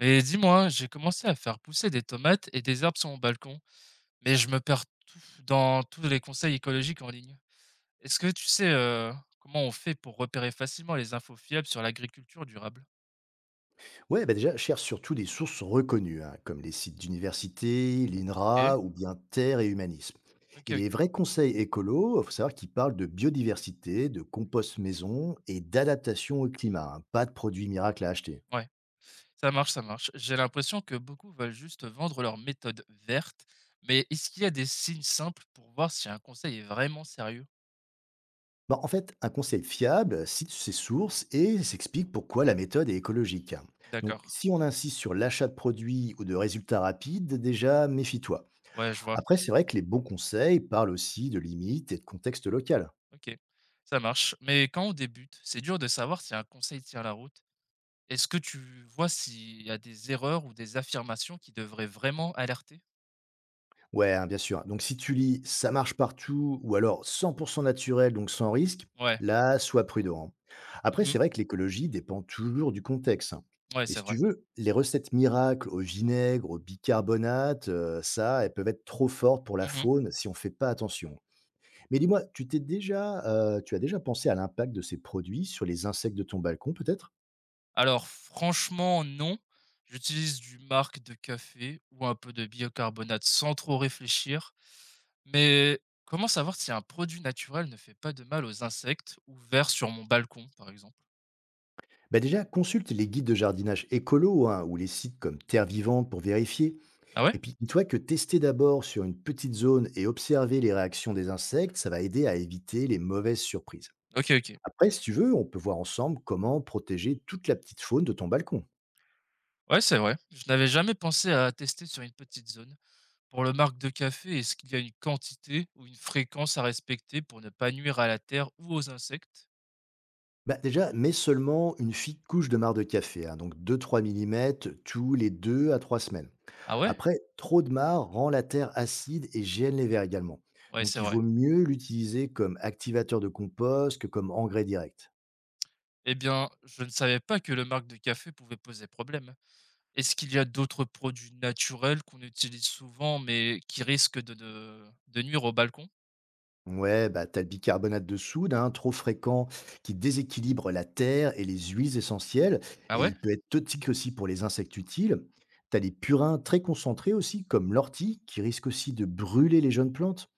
Et dis-moi, j'ai commencé à faire pousser des tomates et des herbes sur mon balcon, mais je me perds tout dans tous les conseils écologiques en ligne. Est-ce que tu sais comment on fait pour repérer facilement les infos fiables sur l'agriculture durable? Ouais, bah, déjà, cherche surtout des sources reconnues, hein, comme les sites d'université, Ok, l'INRA ou bien Terre et Humanisme. ok, Et les ok. vrais conseils écolos, il faut savoir qu'ils parlent de biodiversité, de compost maison et d'adaptation au climat, hein, pas de produits miracles à acheter. Ouais, ça marche, ça marche. J'ai l'impression que beaucoup veulent juste vendre leur méthode verte, mais est-ce qu'il y a des signes simples pour voir si un conseil est vraiment sérieux? Bon, en fait, un conseil fiable cite ses sources et s'explique pourquoi la méthode est écologique, hein. Donc, D'accord. si on insiste sur l'achat de produits ou de résultats rapides, déjà, méfie-toi. Ouais, je vois. Après, c'est vrai que les bons conseils parlent aussi de limites et de contexte local. Ok, ça marche. Mais quand on débute, c'est dur de savoir si un conseil tient la route. Est-ce que tu vois s'il y a des erreurs ou des affirmations qui devraient vraiment alerter? Ouais, hein, bien sûr. Donc si tu lis «Ça marche partout» ou alors «100 naturel, donc sans risque», Ouais. là, sois prudent, hein. Après, Mmh. c'est vrai que l'écologie dépend toujours du contexte, hein. Ouais, Mais c'est si tu vrai. veux, les recettes miracles au vinaigre, au bicarbonate, ça, elles peuvent être trop fortes pour la Mmh. faune si on ne fait pas attention. Mais dis-moi, tu as déjà pensé à l'impact de ces produits sur les insectes de ton balcon, peut-être? Alors franchement, non. J'utilise du marc de café ou un peu de biocarbonate sans trop réfléchir. Mais comment savoir si un produit naturel ne fait pas de mal aux insectes ou vers sur mon balcon, par exemple? Bah déjà, consulte les guides de jardinage écolo hein, ou les sites comme Terre Vivante pour vérifier. Ah ouais? Et puis dis-toi que tester d'abord sur une petite zone et observer les réactions des insectes, ça va aider à éviter les mauvaises surprises. OK, OK. Après, si tu veux, on peut voir ensemble comment protéger toute la petite faune de ton balcon. Ouais, c'est vrai. Je n'avais jamais pensé à tester sur une petite zone. Pour le marque de café, est-ce qu'il y a une quantité ou une fréquence à respecter pour ne pas nuire à la terre ou aux insectes? Bah déjà, mets seulement une fine couche de marc de café, hein, donc 2-3 mm, tous les 2 à 3 semaines. Ah ouais? Après, trop de marc rend la terre acide et gêne les vers également. Ouais, Donc c'est il vrai. vaut mieux l'utiliser comme activateur de compost que comme engrais direct. Eh bien, je ne savais pas que le marque de café pouvait poser problème. Est-ce qu'il y a d'autres produits naturels qu'on utilise souvent mais qui risquent de nuire au balcon? Ouais, bah, t'as le bicarbonate de soude, hein, trop fréquent, qui déséquilibre la terre et les huiles essentielles, Ah et ouais? il peut être toxique aussi pour les insectes utiles. T'as les purins très concentrés aussi, comme l'ortie, qui risque aussi de brûler les jeunes plantes.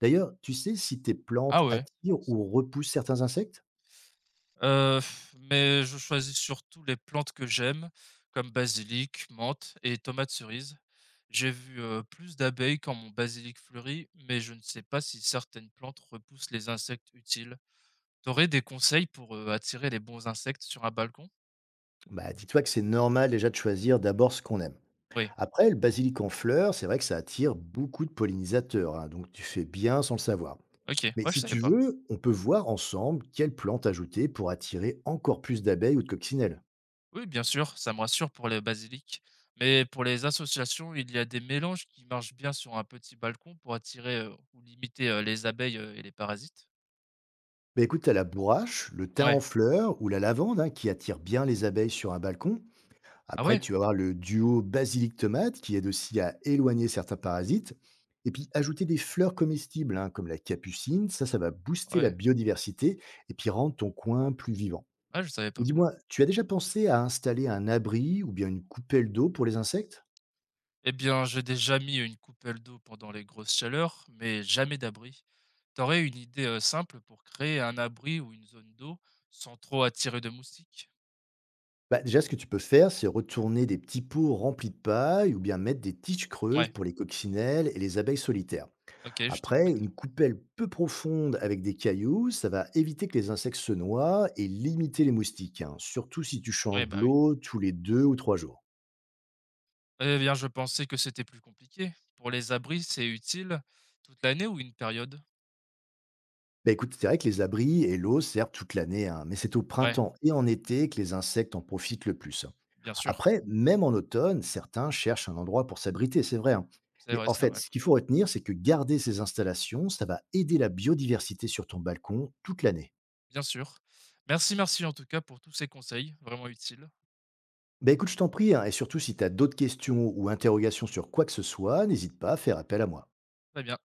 D'ailleurs, tu sais si tes plantes Ah ouais. attirent ou repoussent certains insectes? Heu, mais je choisis surtout les plantes que j'aime, comme basilic, menthe et tomates cerises. J'ai vu, plus d'abeilles quand mon basilic fleurit, mais je ne sais pas si certaines plantes repoussent les insectes utiles. T'aurais des conseils pour, attirer les bons insectes sur un balcon? Bah, dis-toi que c'est normal déjà de choisir d'abord ce qu'on aime. Oui, Après, le basilic en fleurs, c'est vrai que ça attire beaucoup de pollinisateurs, hein, donc tu fais bien sans le savoir. OK, Mais ouais, je si savais tu pas. veux, on peut voir ensemble quelles plantes ajouter pour attirer encore plus d'abeilles ou de coccinelles. Oui, bien sûr, ça me rassure pour le basilic, mais pour les associations, il y a des mélanges qui marchent bien sur un petit balcon pour attirer, ou limiter, les abeilles, et les parasites? Bah écoute, t'as la bourrache, le thym Ouais. en fleurs ou la lavande hein, qui attire bien les abeilles sur un balcon. Ah Après, ouais? tu vas avoir le duo basilic-tomate qui aide aussi à éloigner certains parasites. Et puis, ajouter des fleurs comestibles hein, comme la capucine, ça va booster la Ouais. biodiversité et puis rendre ton coin plus vivant. Ah, je savais Et pas. dis-moi, tu as déjà pensé à installer un abri ou bien une coupelle d'eau pour les insectes. Eh bien, j'ai déjà mis une coupelle d'eau pendant les grosses chaleurs, mais jamais d'abri. T'aurais une idée simple pour créer un abri ou une zone d'eau sans trop attirer de moustiques? Bah, déjà, ce que tu peux faire, c'est retourner des petits pots remplis de paille ou bien mettre des tiges creuses Ouais, pour les coccinelles et les abeilles solitaires. ok, je Après, t'écoute. une coupelle peu profonde avec des cailloux, ça va éviter que les insectes se noient et limiter les moustiques, hein, surtout si tu Ouais, changes bah oui. l'eau tous les deux ou trois jours. Eh bien, je pensais que c'était plus compliqué. Pour les abris, c'est utile toute l'année ou une période? Bah écoute, c'est vrai que les abris et l'eau servent toute l'année, hein, mais c'est au Ouais, printemps et en été que les insectes en profitent le plus, hein. bien sûr. Après, même en automne, certains cherchent un endroit pour s'abriter, c'est vrai, hein. C'est Mais vrai, en c'est fait, vrai. ce qu'il faut retenir, c'est que garder ces installations, ça va aider la biodiversité sur ton balcon toute l'année. Bien sûr. Merci, merci en tout cas pour tous ces conseils, vraiment utiles. Bah écoute, je t'en prie, hein, et surtout si tu as d'autres questions ou interrogations sur quoi que ce soit, n'hésite pas à faire appel à moi. Très bien.